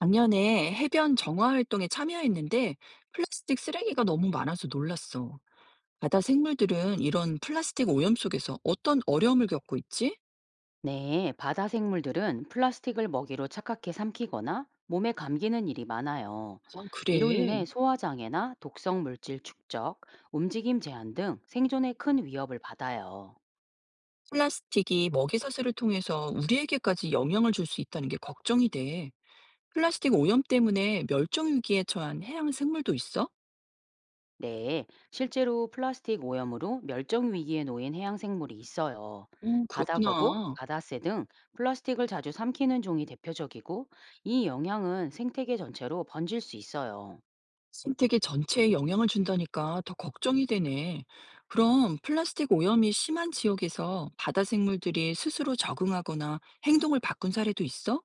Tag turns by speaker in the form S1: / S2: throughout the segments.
S1: 작년에 해변 정화 활동에 참여했는데 플라스틱 쓰레기가 너무 많아서 놀랐어. 바다 생물들은 이런 플라스틱 오염 속에서 어떤 어려움을 겪고 있지?
S2: 네, 바다 생물들은 플라스틱을 먹이로 착각해 삼키거나 몸에 감기는 일이 많아요.
S1: 아,
S2: 이로 인해
S1: 그래.
S2: 소화장애나 독성 물질 축적, 움직임 제한 등 생존에 큰 위협을 받아요.
S1: 플라스틱이 먹이사슬을 통해서 우리에게까지 영향을 줄 수 있다는 게 걱정이 돼. 플라스틱 오염 때문에 멸종 위기에 처한 해양 생물도 있어?
S2: 네, 실제로 플라스틱 오염으로 멸종 위기에 놓인 해양 생물이 있어요.
S1: 어,
S2: 바다 거북,
S1: 그렇구나.
S2: 바다새 등 플라스틱을 자주 삼키는 종이 대표적이고, 이 영향은 생태계 전체로 번질 수 있어요.
S1: 생태계 전체에 영향을 준다니까 더 걱정이 되네. 그럼 플라스틱 오염이 심한 지역에서 바다 생물들이 스스로 적응하거나 행동을 바꾼 사례도 있어?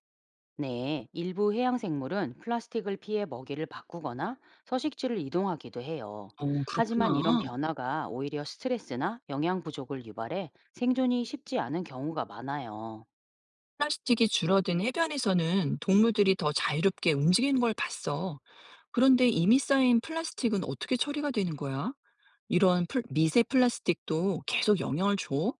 S2: 네, 일부 해양생물은 플라스틱을 피해 먹이를 바꾸거나 서식지를 이동하기도 해요.
S1: 어,
S2: 하지만
S1: 그렇구나.
S2: 이런 변화가 오히려 스트레스나 영양 부족을 유발해 생존이 쉽지 않은 경우가 많아요.
S1: 플라스틱이 줄어든 해변에서는 동물들이 더 자유롭게 움직이는 걸 봤어. 그런데 이미 쌓인 플라스틱은 어떻게 처리가 되는 거야? 미세 플라스틱도 계속 영향을 줘?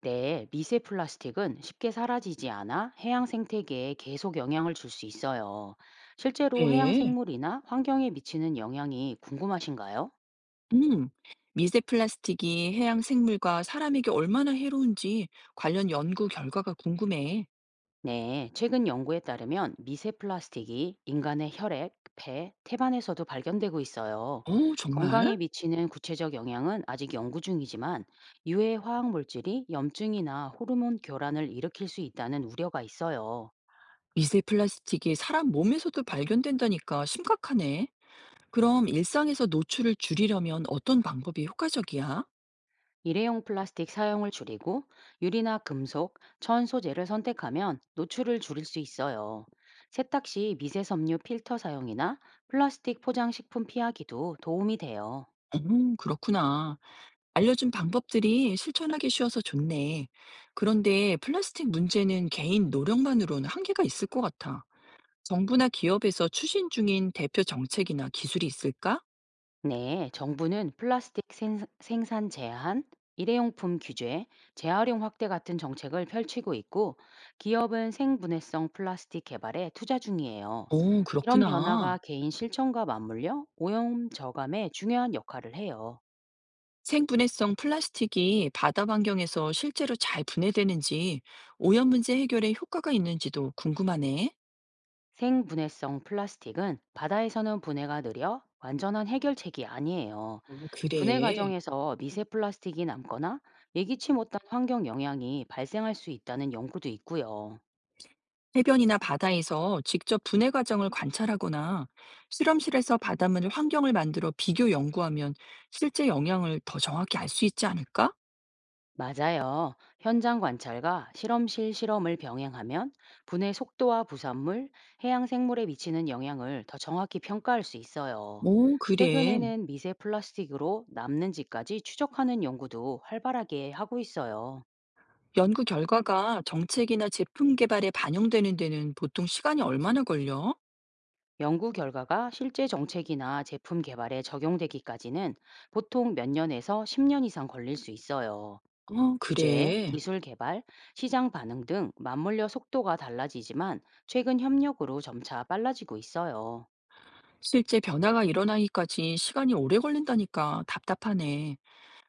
S2: 네, 미세 플라스틱은 쉽게 사라지지 않아 해양 생태계에 계속 영향을 줄 수 있어요. 실제로 해양
S1: 네.
S2: 생물이나 환경에 미치는 영향이 궁금하신가요?
S1: 음, 미세 플라스틱이 해양 생물과 사람에게 얼마나 해로운지 관련 연구 결과가 궁금해.
S2: 네, 최근 연구에 따르면 미세 플라스틱이 인간의 혈액, 폐, 태반에서도 발견되고 있어요.
S1: 어, 정말?
S2: 건강에 미치는 구체적 영향은 아직 연구 중이지만 유해 화학 물질이 염증이나 호르몬 교란을 일으킬 수 있다는 우려가 있어요.
S1: 미세 플라스틱이 사람 몸에서도 발견된다니까 심각하네. 그럼 일상에서 노출을 줄이려면 어떤 방법이 효과적이야?
S2: 일회용 플라스틱 사용을 줄이고 유리나 금속, 천 소재를 선택하면 노출을 줄일 수 있어요. 세탁 시 미세 섬유 필터 사용이나 플라스틱 포장 식품 피하기도 도움이 돼요.
S1: 그렇구나. 알려준 방법들이 실천하기 쉬워서 좋네. 그런데 플라스틱 문제는 개인 노력만으로는 한계가 있을 것 같아. 정부나 기업에서 추진 중인 대표 정책이나 기술이 있을까?
S2: 네, 정부는 생산 제한, 일회용품 규제, 재활용 확대 같은 정책을 펼치고 있고, 기업은 생분해성 플라스틱 개발에 투자 중이에요.
S1: 오
S2: 이런
S1: 그렇구나.
S2: 변화가 개인 실천과 맞물려 오염 저감에 중요한 역할을 해요.
S1: 생분해성 플라스틱이 바다 환경에서 실제로 잘 분해되는지 오염 문제 해결에 효과가 있는지도 궁금하네.
S2: 생분해성 플라스틱은 바다에서는 분해가 느려 완전한 해결책이 아니에요.
S1: 어
S2: 분해
S1: 그래.
S2: 과정에서 미세 플라스틱이 남거나 예기치 못한 환경 영향이 발생할 수 있다는 연구도 있고요.
S1: 해변이나 바다에서 직접 분해 과정을 관찰하거나 실험실에서 바닷물 환경을 만들어 비교 연구하면 실제 영향을 더 정확히 알 수 있지 않을까?
S2: 맞아요. 현장 관찰과 실험실 실험을 병행하면 분해 속도와 부산물, 해양 생물에 미치는 영향을 더 정확히 평가할 수 있어요.
S1: 오 그래.
S2: 최근에는 미세 플라스틱으로 남는지까지 추적하는 연구도 활발하게 하고 있어요.
S1: 연구 결과가 정책이나 제품 개발에 반영되는 데는 보통 시간이 얼마나 걸려?
S2: 연구 결과가 실제 정책이나 제품 개발에 적용되기까지는 보통 몇 년에서 10년 이상 걸릴 수 있어요.
S1: 어
S2: 규제,
S1: 그래.
S2: 기술 개발, 시장 반응 등 맞물려 속도가 달라지지만 최근 협력으로 점차 빨라지고 있어요.
S1: 실제 변화가 일어나기까지 시간이 오래 걸린다니까 답답하네.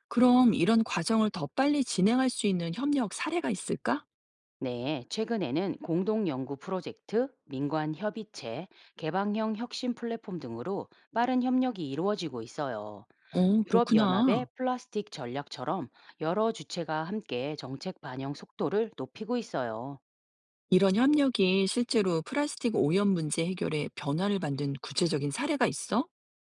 S1: 그럼 이런 과정을 더 빨리 진행할 수 있는 협력 사례가 있을까?
S2: 네, 최근에는 공동 연구 프로젝트, 민관 협의체, 개방형 혁신 플랫폼 등으로 빠른 협력이 이루어지고 있어요.
S1: 어, 그렇구나.
S2: 유럽연합의 플라스틱 전략처럼 여러 주체가 함께 정책 반영 속도를 높이고 있어요.
S1: 이런 협력이 실제로 플라스틱 오염 문제 해결에 변화를 만든 구체적인 사례가 있어?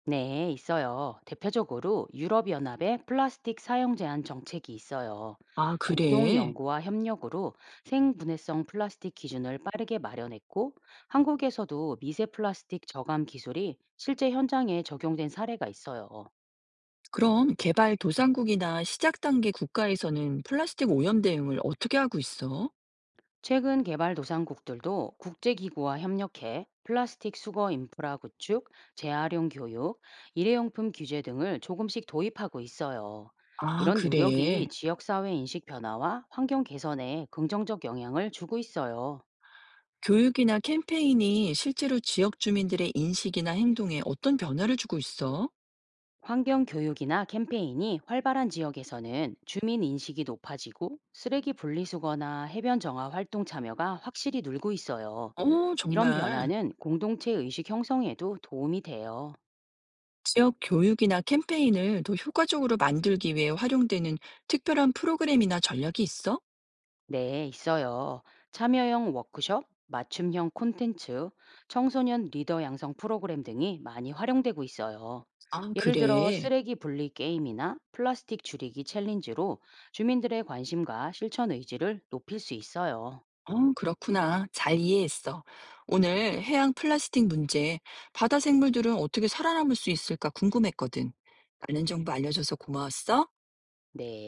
S2: 네, 있어요. 대표적으로 유럽연합의 플라스틱 사용 제한 정책이 있어요.
S1: 아,
S2: 공동
S1: 그래.
S2: 연구와 협력으로 생분해성 플라스틱 기준을 빠르게 마련했고, 한국에서도 미세 플라스틱 저감 기술이 실제 현장에 적용된 사례가 있어요.
S1: 그럼 개발 도상국이나 시작 단계 국가에서는 플라스틱 오염 대응을 어떻게 하고 있어?
S2: 최근 개발도상국들도 국제기구와 협력해 플라스틱 수거 인프라 구축, 재활용 교육, 일회용품 규제 등을 조금씩 도입하고 있어요.
S1: 아,
S2: 이런 노력이
S1: 그래.
S2: 지역사회 인식 변화와 환경 개선에 긍정적 영향을 주고 있어요.
S1: 교육이나 캠페인이 실제로 지역 주민들의 인식이나 행동에 어떤 변화를 주고 있어?
S2: 환경 교육이나 캠페인이 활발한 지역에서는 주민 인식이 높아지고 쓰레기 분리수거나 해변 정화 활동 참여가 확실히 늘고 있어요.
S1: 어
S2: 이런
S1: 정말.
S2: 변화는 공동체 의식 형성에도 도움이 돼요.
S1: 지역 교육이나 캠페인을 더 효과적으로 만들기 위해 활용되는 특별한 프로그램이나 전략이 있어?
S2: 네, 있어요. 참여형 워크숍, 맞춤형 콘텐츠, 청소년 리더 양성 프로그램 등이 많이 활용되고 있어요.
S1: 아,
S2: 예를 들어
S1: 그래.
S2: 쓰레기 분리 게임이나 플라스틱 줄이기 챌린지로 주민들의 관심과 실천 의지를 높일 수 있어요.
S1: 어, 그렇구나. 잘 이해했어. 오늘 해양 플라스틱 문제, 바다 생물들은 어떻게 살아남을 수 있을까 궁금했거든. 많은 정보 알려줘서 고마웠어.
S2: 네.